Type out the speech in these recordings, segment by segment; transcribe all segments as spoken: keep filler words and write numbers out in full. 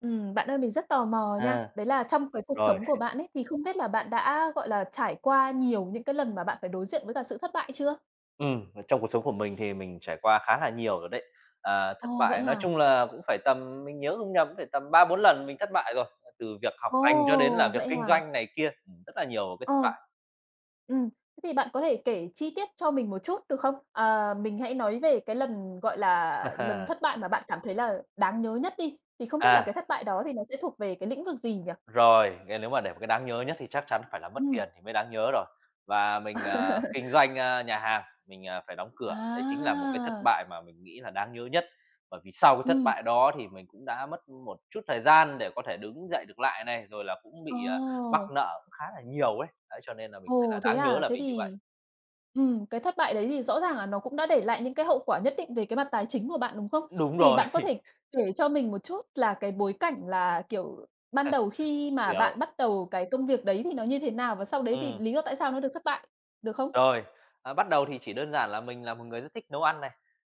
Ừm, bạn ơi, mình rất tò mò nha. À, Đấy là trong cái cuộc rồi, sống của bạn ấy, thì không biết là bạn đã, gọi là, trải qua nhiều những cái lần mà bạn phải đối diện với cả sự thất bại chưa? ừm, trong cuộc sống của mình thì mình trải qua khá là nhiều rồi đấy. À, thất Ồ, vậy bại nói hả? chung là cũng phải tầm mình nhớ không nhầm cũng phải tầm ba bốn lần mình thất bại rồi, từ việc học Ồ, hành cho đến là việc vậy kinh hả? doanh này kia, ừm, rất là nhiều cái Ờ, thất bại. ừm, thế thì bạn có thể kể chi tiết cho mình một chút được không? Ờ, mình hãy nói về cái lần, gọi là, lần thất bại mà bạn cảm thấy là đáng nhớ nhất đi, thì không biết là À. cái thất bại đó thì nó sẽ thuộc về cái lĩnh vực gì nhỉ? Rồi, nghe nếu mà để một cái đáng nhớ nhất thì chắc chắn phải là mất Ừm. tiền thì mới đáng nhớ rồi. Và mình, ờ, kinh doanh, a, nhà hàng, mình, à, phải đóng cửa, đấy chính là một cái thất À, bại mà mình nghĩ là đáng nhớ nhất. Bởi vì sau cái thất ừm, bại đó thì mình cũng đã mất một chút thời gian để có thể đứng dậy được lại này, rồi là cũng bị, à, mắc ồ. nợ cũng khá là nhiều ấy, đấy, cho nên là mình thấy Ồ, là thế đáng nhớ à? là Thế vì như vậy. thì ừm, cái thất bại đấy thì rõ ràng là nó cũng đã để lại những cái hậu quả nhất định về cái mặt tài chính của bạn, đúng không? Đúng Thì rồi, bạn có thể kể cho mình một chút là cái bối cảnh là, kiểu, ban đầu khi mà hiểu, bạn bắt đầu cái công việc đấy thì nó như thế nào? Và sau đấy thì ừ. lý do tại sao nó được thất bại, được không? Rồi, à, bắt đầu thì chỉ đơn giản là mình là một người rất thích nấu ăn này,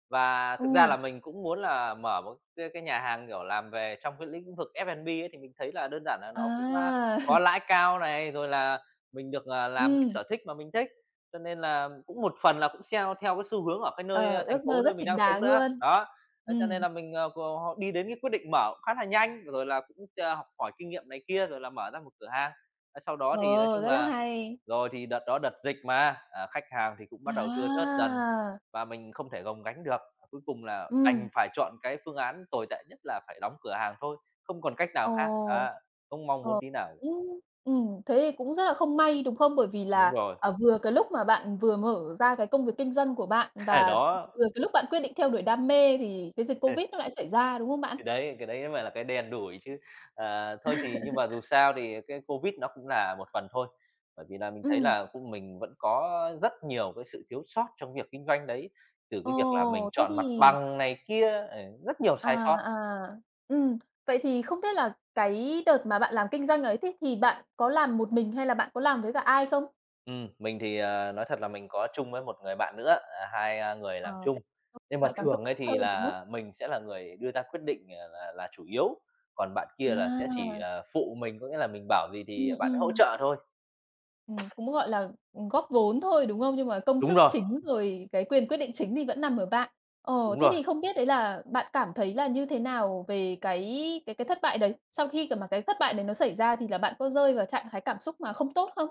và thực ra Ừ, là mình cũng muốn là mở một cái cái nhà hàng, kiểu, làm về trong cái lĩnh vực ép bi ấy, thì mình thấy là đơn giản là nó cũng, a, à, có lãi cao này, rồi là mình được, à, làm cái ừm, sở thích mà mình thích. Cho nên là cũng một phần là cũng theo theo cái xu hướng ở cái nơi, ờ, a, thành ước mơ phố nơi rất mình chính đang sống đáng nữa, luôn. đó. Thế cho nên Ừm, là mình, ờ, cò họ đi đến cái quyết định mở cũng khá là nhanh, rồi là cũng, a, học hỏi kinh nghiệm này kia, rồi là mở ra một cửa hàng. Ờ, sau đó thì nói ờ, chung rất là là hay. rồi thì đợt đó đợt dịch mà, à, khách hàng thì cũng bắt đầu thưa thớt dần À, và mình không thể gồng gánh được. À, cuối cùng là ừm, đành phải chọn cái phương án tồi tệ nhất là phải đóng cửa hàng thôi, không còn cách nào khác, ồ. á, không mong Ờ, muốn tí nào. cũng ừm, thế thì cũng rất là không may, đúng không? Bởi vì Đúng là, rồi, à, vừa cái lúc mà bạn vừa mở ra cái công việc kinh doanh của bạn và đó. vừa cái lúc bạn quyết định theo đuổi đam mê thì cái dịch Covid nó lại xảy ra, đúng không bạn? Thì đấy, cái đấy mới là cái đen đủi chứ. Ờ, thôi thì nhưng mà dù sao thì cái Covid nó cũng là một phần thôi, bởi vì là mình thấy Ừm, là cũng mình vẫn có rất nhiều cái sự thiếu sót trong việc kinh doanh đấy, từ cái việc là mình ồ, thế chọn mặt thì bằng này kia, ờ, rất nhiều à, sai sót. à, ừm, vậy thì không biết là cái đợt mà bạn làm kinh doanh ấy thế thì bạn có làm một mình hay là bạn có làm với cả ai không? Ừm, mình thì, ờ, nói thật là mình có chung với một người bạn nữa, à, hai, a, người làm Ờ, thế chung. Nhưng mà lại càng phức thường ấy tạp thì hơn, đúng không? là mình sẽ là người đưa ra quyết định, ờ, là là chủ yếu, còn bạn kia là sẽ chỉ, À, ờ, phụ mình, có nghĩa là mình bảo gì thì ừm, bạn hỗ ừm. trợ thôi. Ừm, cũng, gọi là, góp vốn thôi, đúng không? Nhưng mà công Đúng sức rồi, chính rồi cái quyền quyết định chính thì vẫn nằm ở bạn. Ờ, đúng thế rồi, thì không biết đấy là bạn cảm thấy là như thế nào về cái cái cái thất bại đấy? Sau khi cả mà cái thất bại đấy nó xảy ra thì là bạn có rơi vào trạng thái cảm xúc mà không tốt không?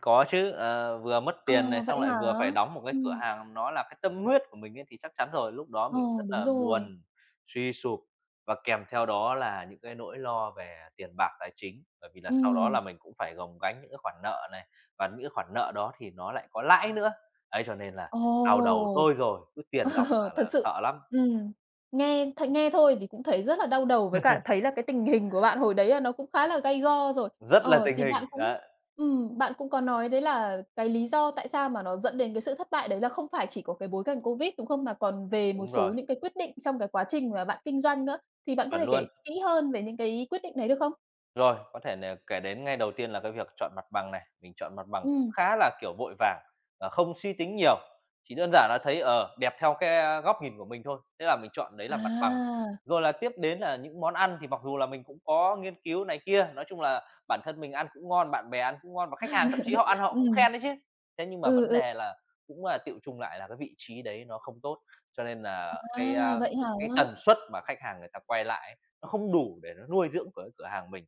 có chứ, ờ, vừa mất Ờ, tiền này, vậy xong lại hả? vừa phải đóng một cái cửa Ừm, hàng nó là cái tâm huyết của mình ấy, thì chắc chắn rồi, lúc đó ờ, mình rất đúng là rồi. buồn, suy sụp và kèm theo đó là những cái nỗi lo về tiền bạc tài chính. Bởi vì là sau đó Ừm, là mình cũng phải gồng gánh những cái khoản nợ này, và những cái khoản nợ đó thì nó lại có lãi nữa. Ấy, cho nên là ồ! đau đầu thôi rồi, cứ tiền nong Ờ, là thật là sự sợ lắm, ừm, nghe th nghe thôi thì cũng thấy rất là đau đầu, với cả thấy là cái tình hình của bạn hồi đấy là nó cũng khá là gay go rồi. rất là Ờ, tình thì bạn hình. cũng Đấy, ừm, bạn cũng có nói đấy là cái lý do tại sao mà nó dẫn đến cái sự thất bại đấy là không phải chỉ có cái bối cảnh Covid, đúng không? Mà còn về một đúng số rồi, những cái quyết định trong cái quá trình mà bạn kinh doanh nữa, thì bạn có chuẩn thể luôn. kể kỹ hơn về những cái quyết định đấy được không? Rồi, có thể là kể đến ngay đầu tiên là cái việc chọn mặt bằng này, mình chọn mặt bằng cũng Ừm, khá là, kiểu, vội vàng, ờ, không suy tính nhiều, chỉ đơn giản là thấy, ở đẹp theo cái, góc nhìn của mình thôi, thế là mình chọn đấy là mặt bằng. à, Rồi là tiếp đến là những món ăn thì mặc dù là mình cũng có nghiên cứu này kia, nói chung là bản thân mình ăn cũng ngon, bạn bè ăn cũng ngon và khách hàng thậm chí họ ăn họ cũng ừm, khen đấy chứ. Thế nhưng mà ừ, vấn ừ, đề là cũng là tựu chung lại là cái vị trí đấy nó không tốt, cho nên là à, cái, a, vậy hả? cái tần suất mà khách hàng người ta quay lại ấy, nó không đủ để nó nuôi dưỡng của cái cửa hàng mình.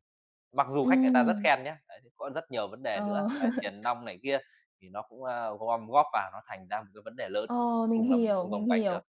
Mặc dù khách người ta rất Ừm, khen nhé, đấy, thì có rất nhiều vấn đề nữa ờ. về tiền nong này kia thì nó cũng, a, gom góp vào nó thành ra một cái vấn đề lớn, Ờ, mình cùng là mình hiểu, không mình gồng gánh được. hiểu.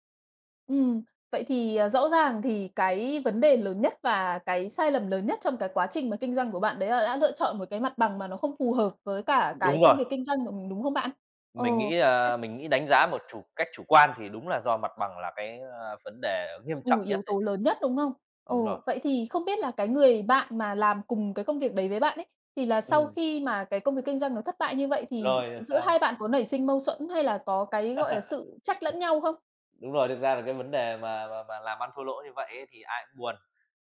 Ừm, vậy thì, à, rõ ràng thì cái vấn đề lớn nhất và cái sai lầm lớn nhất trong cái quá trình mà kinh doanh của bạn đấy là đã lựa chọn một cái mặt bằng mà nó không phù hợp với cả Đúng cái công rồi, việc kinh doanh của mình, đúng không bạn? Ờ, mình nghĩ, thế à, mình nghĩ đánh giá một chủ cách chủ quan thì đúng là do mặt bằng là cái, a, vấn đề nghiêm ừ, trọng nhất yếu đấy. tố lớn nhất, đúng không? Ừ, Đúng rồi, vậy thì không biết là cái người bạn mà làm cùng cái công việc đấy với bạn ấy, thì là sau ừm, khi mà cái công việc kinh doanh nó thất bại như vậy thì rồi rồi giữa sao? hai bạn có nảy sinh mâu thuẫn hay là có cái, gọi là, sự trách lẫn nhau không? Đúng rồi, thực ra là cái vấn đề mà mà mà làm ăn thua lỗ như vậy ấy thì ai cũng buồn,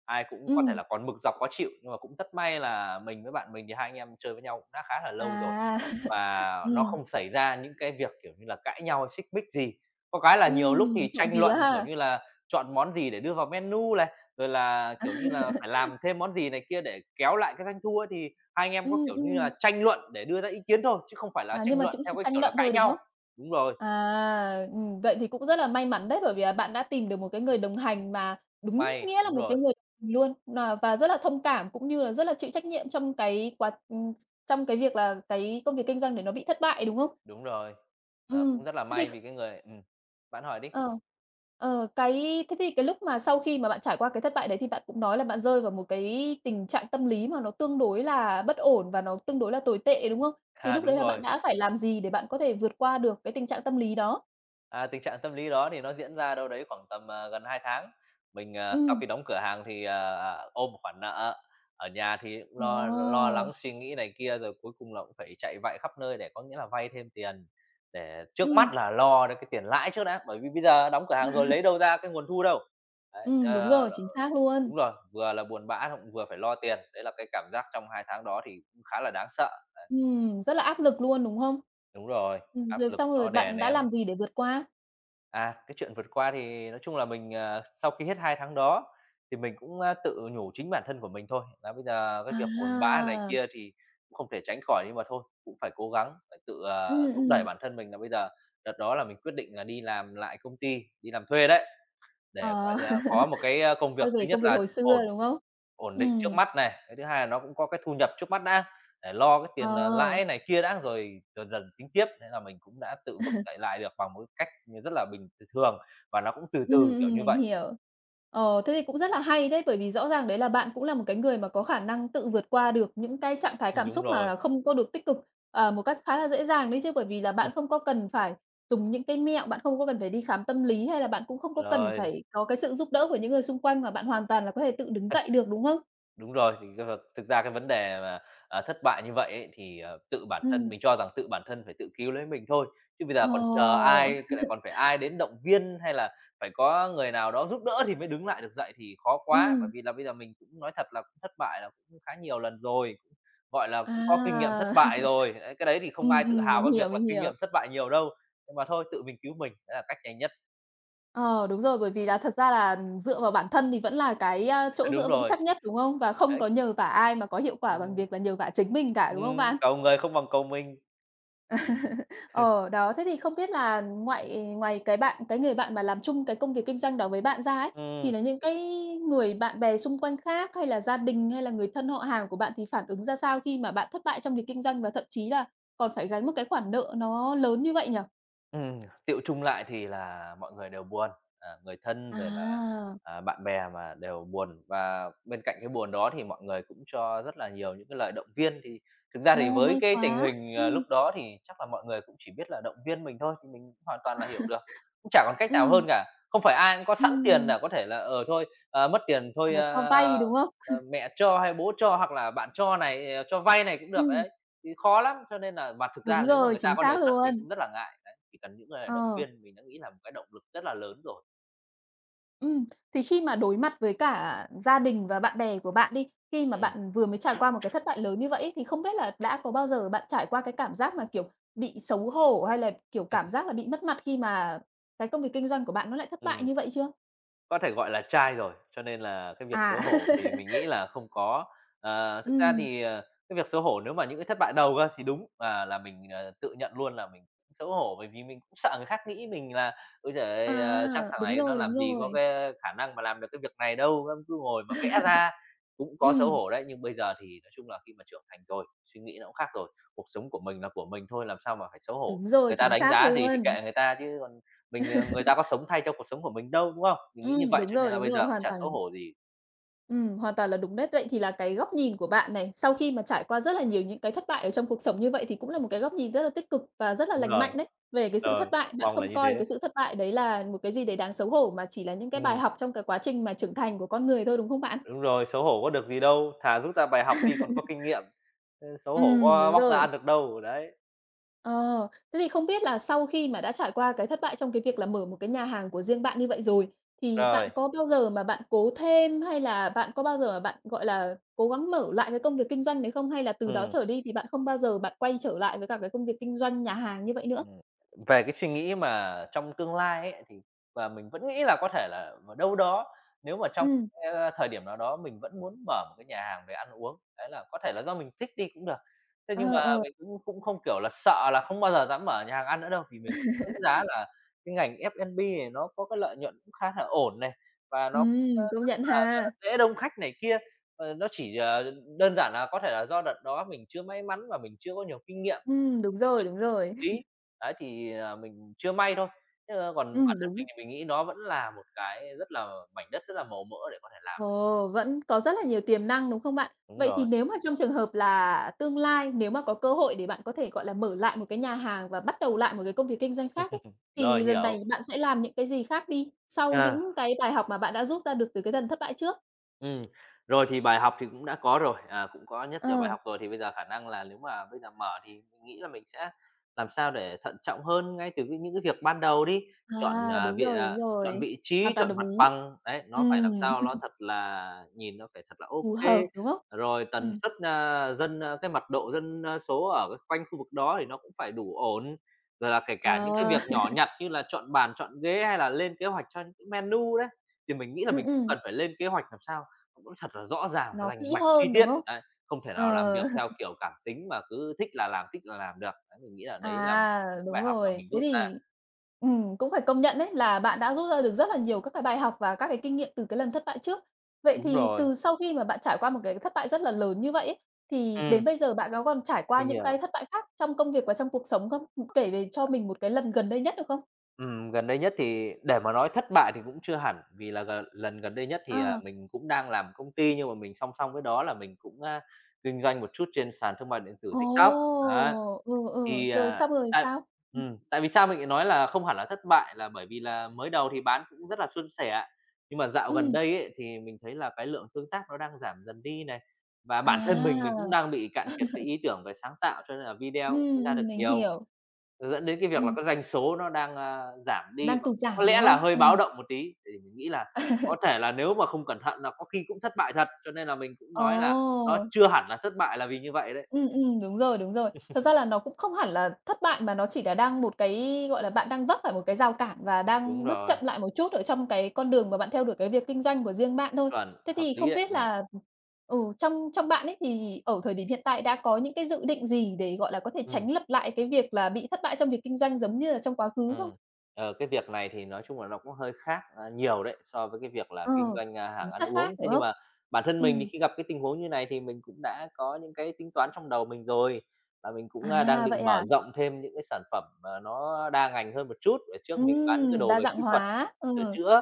ai cũng có thể Ừm, là còn mực dọc khó chịu, nhưng mà cũng rất may là mình với bạn mình thì hai anh em chơi với nhau cũng đã khá là lâu rồi. à. Và nó Ừm. không xảy ra những cái việc, kiểu như là, cãi nhau hay xích mích gì. Có cái là nhiều lúc Ừm, thì trộm tranh vía luận, kiểu ha. như là, chọn món gì để đưa vào menu này, rồi là, kiểu như là, phải làm thêm món gì này kia để kéo lại cái doanh thu ấy, thì hai anh em có, Ừm, kiểu như là, ừm. tranh luận để đưa ra ý kiến thôi, chứ không phải là À, nhưng tranh mà luận cũng theo chỉ cái tranh kiểu luận là cãi thôi, đúng nhau. không? Đúng rồi, À, ừm, vậy thì cũng rất là may mắn đấy, bởi vì là bạn đã tìm được một cái người đồng hành mà đúng may, nghĩa là đúng một cái rồi, người đồng hành luôn, nà và rất là thông cảm cũng như là rất là chịu trách nhiệm trong cái quá ừm, trong cái việc là cái công việc kinh doanh để nó bị thất bại, đúng không? đúng rồi. Ờ, Ừm, cũng rất là thế thì may vì cái người ừm, bạn hỏi đi. Ờ. Ờ, cái thế thì cái lúc mà sau khi mà bạn trải qua cái thất bại đấy thì bạn cũng nói là bạn rơi vào một cái tình trạng tâm lý mà nó tương đối là bất ổn và nó tương đối là tồi tệ, đúng không? Thì À, lúc đấy đúng là bạn rồi. đã phải làm gì để bạn có thể vượt qua được cái tình trạng tâm lý đó? À, tình trạng tâm lý đó thì nó diễn ra đâu đấy khoảng tầm, à, gần hai tháng. Mình, à, sau Ừm. khi đóng cửa hàng thì, à, à, ôm một khoản nợ, ở nhà thì cũng lo lo Ồ! lắng suy nghĩ này kia, rồi cuối cùng là cũng phải chạy vạy khắp nơi để có nghĩa là vay thêm tiền, để trước Ừm, mắt là lo đến cái tiền lãi trước đã, bởi vì bây giờ đóng cửa hàng rồi lấy đâu ra cái nguồn thu đâu. Đấy, ừm, đúng ờ, rồi, chính xác luôn. đúng rồi, vừa là buồn bã cũng vừa phải lo tiền, đấy là cái cảm giác trong hai tháng đó thì cũng khá là đáng sợ. Ừm, rất là áp lực luôn, đúng không? Đúng rồi, Ừm, áp rồi lực xong rồi nó đè bạn đã nén. làm gì để vượt qua? À, cái chuyện vượt qua thì nói chung là mình, ờ, sau khi hết hai tháng đó thì mình cũng, a, tự nhủ chính bản thân của mình thôi, là bây giờ cái việc buồn bã À! này kia thì cũng không thể tránh khỏi, nhưng mà thôi cũng phải cố gắng, phải tự, ờ, Ừm, thúc đẩy ừm. bản thân mình là bây giờ đợt đó là mình quyết định là đi làm lại công ty, đi làm thuê đấy, để, gọi Ờ, là, có một cái, a, công việc quay về thứ nhất công việc là hồi xưa, ổn đúng không? Ổn định trước Ừm, mắt này, cái thứ hai là nó cũng có cái thu nhập trước mắt đã, để lo cái ờ. tiền, ờ, lãi này kia đã, rồi dần dần tính tiếp. Thế là mình cũng đã tự vực dậy lại được bằng một cái cách, như rất là bình thường và nó cũng từ Ừm, từ, kiểu ừm, như mình vậy. hiểu. Ờ, thế thì cũng rất là hay đấy, bởi vì rõ ràng đấy là bạn cũng là một cái người mà có khả năng tự vượt qua được những cái trạng thái Ừm, cảm đúng xúc rồi, mà không có được tích cực, ờ, một cách khá là dễ dàng đấy chứ, bởi vì là bạn không có cần phải dùng những cái mẹo, bạn không có cần phải đi khám tâm lý, hay là bạn cũng không có cần rồi. phải có cái sự giúp đỡ của những người xung quanh, mà bạn hoàn toàn là có thể tự đứng dậy được, đúng không? Đúng rồi, thì cái thực ra cái vấn đề mà, à, thất bại như vậy ấy thì, ờ, tự bản thân Ừm. mình cho rằng tự bản thân phải tự cứu lấy mình thôi, chứ bây Ờ, giờ còn chờ ai c lại còn phải ai đến động viên hay là phải có người nào đó giúp đỡ thì mới đứng lại được dậy thì khó quá. Bởi ừm, vì là bây giờ mình cũng nói thật là cũng thất bại là cũng khá nhiều lần rồi, cũng, gọi là, cũng có kinh nghiệm thất à. bại rồi, đấy, cái đấy thì không Ừm, ai tự ừm, hào mình cái hiểu, việc là mình kinh hiểu. nghiệm thất bại nhiều đâu. Nhưng mà thôi, tự mình cứu mình, đấy là cách nhanh nhất. Ờ, đúng rồi, bởi vì là thật ra là dựa vào bản thân thì vẫn là cái, a, chỗ Đúng dựa vững rồi, chắc nhất, đúng không? Và không đấy, có nhờ vả ai mà có hiệu quả bằng ừm, việc là nhờ vả chính mình cả, đúng không ừm, bạn? cầu người không bằng cầu mình. Ờ, đó, thế thì không biết là ngoại ngoài cái bạn cái người bạn mà làm chung cái công việc kinh doanh đó với bạn ra ấy, thì Ừm. là những cái người bạn bè xung quanh khác hay là gia đình, hay là người thân họ hàng của bạn thì phản ứng ra sao khi mà bạn thất bại trong việc kinh doanh và thậm chí là còn phải gánh một cái khoản nợ nó lớn như vậy nhỉ? Ừm, Tựu chung lại thì là mọi người đều buồn, à, người thân rồi là, À, à, bạn bè mà đều buồn. Và bên cạnh cái buồn đó thì mọi người cũng cho rất là nhiều những cái lời động viên, thì thực ra thì ô, với may cái tình quá! hình, ờ, Ừm. lúc đó thì chắc là mọi người cũng chỉ biết là động viên mình thôi, thì mình cũng hoàn toàn là hiểu được, cũng chả còn cách nào Ừm, hơn cả. Không phải ai cũng có sẵn tiền ừm. là có thể là, ờ, thôi, ờ, mất tiền thôi, Ờ, cho a, vay, đúng không? ờ, mẹ cho hay bố cho hoặc là bạn cho này, ờ, cho vay này cũng được Ừm, đấy. Thì khó lắm, cho nên là mà thực ra đúng nếu mà rồi, người ta chính có xác đề xuất mình luôn. cũng rất là ngại, đấy, chỉ cần những lời động Ờ, viên mình đã nghĩ là một cái động lực rất là lớn rồi. ừm, thì khi mà đối mặt với cả gia đình và bạn bè của bạn đi, khi mà Ừm, bạn vừa mới trải qua một cái thất bại lớn như vậy ấy, thì không biết là đã có bao giờ bạn trải qua cái cảm giác mà, kiểu, bị xấu hổ hay là, kiểu, cảm giác là bị mất mặt khi mà cái công việc kinh doanh của bạn nó lại thất bại ừm. như vậy chưa? Có thể gọi là trai rồi, cho nên là cái việc À. xấu hổ thì mình nghĩ là không có. Ờ, thực ra Ừm, thì, ờ, cái việc xấu hổ nếu mà những cái thất bại đầu cơ thì đúng, à, là mình, ờ, tự nhận luôn là mình cũng xấu hổ, bởi vì mình cũng sợ người khác nghĩ mình là "Ôi giời à, ơi, ờ, chắc thằng đúng này nó rồi, làm đúng gì có rồi. cái khả năng mà làm được cái việc này đâu, nó cứ ngồi mà vẽ ra." Cũng có xấu Ừm, hổ đấy, nhưng bây giờ thì nói chung là khi mà trưởng thành rồi, suy nghĩ nó cũng khác rồi. Cuộc sống của mình là của mình thôi, làm sao mà phải xấu hổ. đúng rồi, Người ta chính đánh xác giá gì thì luôn. kệ người ta chứ mình, ờ người ta có sống thay cho cuộc sống của mình đâu, đúng không? Mình nghĩ như Ừm, vậy đúng cho nên rồi, là đúng bây rồi, giờ cũng hoàn chả xấu toàn hổ gì. Ừm, hoàn toàn là đúng đấy. Vậy thì là cái góc nhìn của bạn này, sau khi mà trải qua rất là nhiều những cái thất bại ở trong cuộc sống như vậy thì cũng là một cái góc nhìn rất là tích cực và rất là Đúng lành rồi. mạnh đấy. Về cái sự thất Rồi, bại, bạn mong là không như coi thế. cái sự thất bại đấy là một cái gì đấy đáng xấu hổ mà chỉ là những cái bài Ừm, học trong cái quá trình mà trưởng thành của con người thôi, đúng không bạn? đúng rồi, xấu hổ có được gì đâu, thà rút ra bài học đi còn có kinh nghiệm, chứ xấu hổ Ừm, có đúng bóc ra rồi. ăn được đâu, đấy. Ờ, thế thì không biết là sau khi mà đã trải qua cái thất bại trong cái việc là mở một cái nhà hàng của riêng bạn như vậy rồi, thì bạn Rồi, có bao giờ mà bạn cố thêm hay là bạn có bao giờ mà bạn, gọi là, cố gắng mở lại cái công việc kinh doanh đấy không? Hay là từ đó ừm. trở đi thì bạn không bao giờ bạn quay trở lại với cả cái công việc kinh doanh nhà hàng như vậy nữa? Ừm, về cái suy nghĩ mà trong tương lai ấy, thì và mình vẫn nghĩ là có thể là vào đâu đó nếu mà trong, Ừm, a, thời điểm nào đó mình vẫn muốn mở một cái nhà hàng về ăn uống, đấy là có thể là do mình thích đi cũng được. Thế nhưng ờ, mà ờ, mình cũng cũng không, kiểu là, sợ là không bao giờ dám mở nhà hàng ăn nữa đâu, vì mình đánh giá là cái ngành ép en bê này nó có cái lợi nhuận cũng khá là ổn này, và nó, ơ, ừm, công rất nhận là là ha. dễ đông khách này kia. Ờ, nó chỉ, ờ, đơn giản là có thể là do đợt đó mình chưa may mắn và mình chưa có nhiều kinh nghiệm Ừm, đúng rồi, đúng rồi. lý. Đấy, thì, à, mình chưa may thôi, chứ còn Ừm, bản thân đúng. mình thì mình nghĩ nó vẫn là một cái rất là mảnh đất rất là màu mỡ để có thể làm. Ồ, vẫn có rất là nhiều tiềm năng, đúng không bạn? Đúng Vậy thì rồi, nếu mà trong trường hợp là tương lai, nếu mà có cơ hội để bạn có thể, gọi là, mở lại một cái nhà hàng và bắt đầu lại một cái công việc kinh doanh khác ấy, thì rồi, lần này hiểu. bạn sẽ làm những cái gì khác đi, sau Ờ. những cái bài học mà bạn đã rút ra được từ cái lần thất bại trước? Ừ, rồi thì bài học thì cũng đã có rồi, à, cũng có nhất nhiều bài Ờ, học rồi, thì bây giờ khả năng là nếu mà bây giờ mở thì mình nghĩ là mình sẽ làm sao để thận trọng hơn ngay từ cái những cái việc ban đầu đi, chọn, à, à, đúng vị rồi, đúng à, chọn rồi, vị hoàn trí, toàn chọn đồng mặt ý. bằng, đấy, nó phải làm Ừm, sao nó thật là nhìn nó phải thật là phù ok. hợp, đúng không? Rồi tần Ừm, suất, a, dân, a cái mật độ dân, a, số ở cái quanh khu vực đó thì nó cũng phải đủ ổn, rồi là kể cả những cái ờ, việc nhỏ nhặt như là chọn bàn, chọn ghế hay là lên kế hoạch cho những cái menu đấy, thì mình nghĩ là ừm, mình cũng ừm, cần phải lên kế hoạch làm sao cũng thật là rõ ràng và nó kỹ rành mạch chi hơn, đúng tiết, không? đấy, không thể nào làm Ờ. việc theo kiểu cảm tính mà cứ thích là làm, thích là làm được. Đấy, mình nghĩ là đấy là một À, những đúng bài học mà rồi. mình Thế rút ra. thì ừm, cũng phải công nhận đấy là bạn đã rút ra được rất là nhiều các cái bài học và các cái kinh nghiệm từ cái lần thất bại trước. Vậy Đúng thì rồi, từ sau khi mà bạn trải qua một cái thất bại rất là lớn như vậy ấy, thì đến ừm, bây giờ bạn có còn trải qua mình những cái hiểu. thất bại khác trong công việc và trong cuộc sống không? Kể về cho mình một cái lần gần đây nhất được không? Ừm, gần đây nhất thì để mà nói thất bại thì cũng chưa hẳn, vì là gần lần gần đây nhất thì, à, À, mình cũng đang làm công ty nhưng mà mình song song với đó là mình cũng, a, kinh doanh một chút trên sàn thương mại điện tử ồ, TikTok, đấy. ừ, ừ, Thì, rồi xong à, rồi tại sao? Ừm, ừm, tại vì sao mình lại nói là không hẳn là thất bại là bởi vì là mới đầu thì bán cũng rất là suôn sẻ, nhưng mà dạo gần ừm, đây ấy, thì mình thấy là cái lượng tương tác nó đang giảm dần đi này, và bản thân mình, mình à, cũng đang bị cạn kiệt cái ý tưởng về sáng tạo cho nên là video cũng ừm, không ra được ừm, mình nhiều, hiểu. dẫn đến cái việc là Ừm, cái doanh số nó đang, a, giảm đi đang và tụt có giảm, đúng lẽ là không? hơi báo Ừm. động một tí. Thì mình nghĩ là có thể là nếu mà không cẩn thận là có khi cũng thất bại thật, cho nên là mình cũng nói là nó Ồ! chưa hẳn là thất bại là vì như vậy đấy. Ừm, ừm, đúng rồi, đúng rồi. Thật ra là nó cũng không hẳn là thất bại mà nó chỉ là đang một cái, gọi là, bạn đang vấp phải một cái rào cản và Đúng đang bước rồi, chậm lại một chút ở trong cái con đường mà bạn theo đuổi cái việc kinh doanh của riêng bạn thôi. chuẩn, Thế hợp thì lý không đấy, biết ừ là, ừ, trong trong bạn ấy thì ở thời điểm hiện tại đã có những cái dự định gì để, gọi là, có thể ừ tránh lặp lại cái việc là bị thất bại trong việc kinh doanh giống như là trong quá khứ không? Ừm, ờ, cái việc này thì nói chung là nó cũng hơi khác, à, nhiều đấy, so với cái việc là Ờ, kinh doanh, a, tính hàng ăn chất khác, uống. đúng Thế nhưng không? mà bản thân Ừ, mình thì khi gặp cái tình huống như này thì mình cũng đã có những cái tính toán trong đầu mình rồi, và mình cũng, a, đang à, vậy định mở à? rộng thêm những cái sản phẩm mà nó đa ngành hơn một chút. Ở trước mình bán những cái Ừm, đồ đa về dạng kỹ thuật, hóa, sửa ừ, chữa,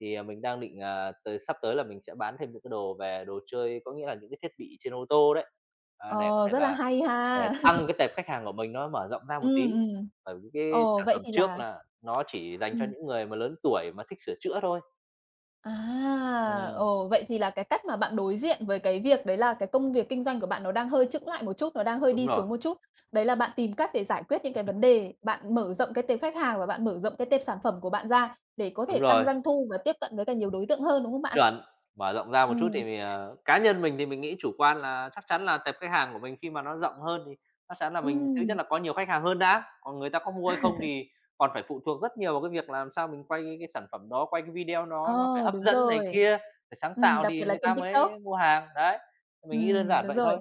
thì, à, mình đang định, à, tới sắp tới là mình sẽ bán thêm những cái đồ về đồ chơi, có nghĩa là những cái thiết bị trên ô tô đấy, à, để có ờ, thể rất là là hay để ha. tăng cái tệp khách hàng của mình nó mở rộng ra một Ừm, tí. ừm. Bởi vì cái Ồ, sản vậy phẩm thì trước là là nó chỉ dành cho ừm, những người mà lớn tuổi mà thích sửa chữa thôi. à, Ừm. ồ, vậy thì là cái cách mà bạn đối diện với cái việc đấy là cái công việc kinh doanh của bạn nó đang hơi chững lại một chút, nó đang hơi Đúng đi rồi, xuống một chút. Đấy là bạn tìm cách để giải quyết những cái vấn đề, bạn mở rộng cái tệp khách hàng và bạn mở rộng cái tệp sản phẩm của bạn ra để có đúng thể tăng rồi, doanh thu và tiếp cận với càng nhiều đối tượng hơn, đúng không bạn? chuẩn. Mở rộng ra một chút Ừm, thì mình, ờ cá nhân mình thì mình nghĩ chủ quan là chắc chắn là tệp khách hàng của mình khi mà nó rộng hơn thì chắc chắn là mình thứ nhất ừm, là có nhiều khách hàng hơn đã, còn người ta có mua hay không thì còn phải phụ thuộc rất nhiều vào cái việc làm sao mình quay cái cái sản phẩm đó, quay cái video ờ, nó nó phải hấp đúng dẫn này rồi. kia, phải sáng Ừm, tạo đặc biệt thì là người trên ta mới TikTok. mua hàng, đấy. Mình nghĩ đơn Ừm, giản đúng vậy rồi. thôi.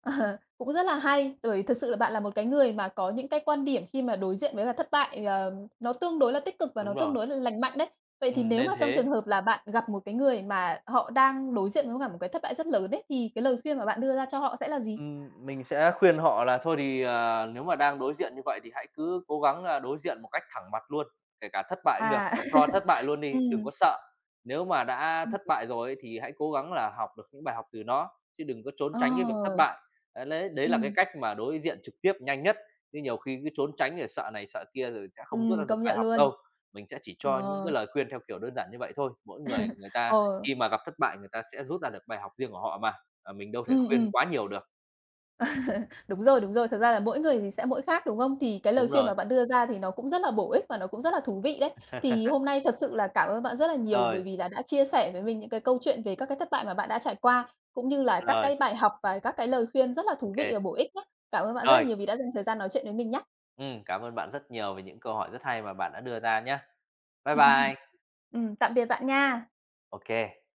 Ờ, cũng rất là hay. Bởi thật sự là bạn là một cái người mà có những cái quan điểm khi mà đối diện với cả thất bại, ờ, nó tương đối là tích cực và nó Đúng tương rồi, đối là lành mạnh đấy. Vậy thì ừm, nếu nên mà trong trường thế. hợp là bạn gặp một cái người mà họ đang đối diện với cả một cái thất bại rất lớn đấy thì cái lời khuyên mà bạn đưa ra cho họ sẽ là gì? Ừm, mình sẽ khuyên họ là thôi thì, ờ, nếu mà đang đối diện như vậy thì hãy cứ cố gắng là đối diện một cách thẳng mặt luôn, kể cả thất bại cũng được, À, cho thất bại luôn đi, đừng ừm, có sợ. Nếu mà đã ừm, thất bại rồi ấy thì hãy cố gắng là học được những bài học từ nó, chứ đừng có trốn ờ, tránh cái việc thất bại. Đấy, lấy đấy là cái ừm, cách mà đối diện trực tiếp nhanh nhất, chứ nhiều khi cứ trốn tránh rồi sợ này sợ kia rồi sẽ không rút ra ừm, được công bài nhận học luôn. đâu. Mình sẽ chỉ Ờ, cho những cái lời khuyên theo kiểu đơn giản như vậy thôi, mỗi người người ta ờ, khi mà gặp thất bại người ta sẽ rút ra được bài học riêng của họ mà, à, mình đâu thể ừm, khuyên ừm. quá nhiều được. Đúng rồi, đúng rồi. Thật ra là mỗi người thì sẽ mỗi khác, đúng không? Thì cái lời Đúng khuyên mà rồi. bạn đưa ra thì nó cũng rất là bổ ích và nó cũng rất là thú vị đấy. Thì hôm nay thật sự là cảm ơn bạn rất là nhiều Rồi, bởi vì là đã chia sẻ với mình những cái câu chuyện về các cái thất bại mà bạn đã trải qua, cũng như là các rồi, cái bài học và các cái lời khuyên rất là thú ok vị và bổ ích nhé. Cảm ơn bạn rất là Rồi, nhiều vì đã dành thời gian nói chuyện với mình nhé. ừm, cảm ơn bạn rất nhiều về những câu hỏi rất hay mà bạn đã đưa ra nhé Bye bye. Ừm, tạm biệt bạn nha. Ok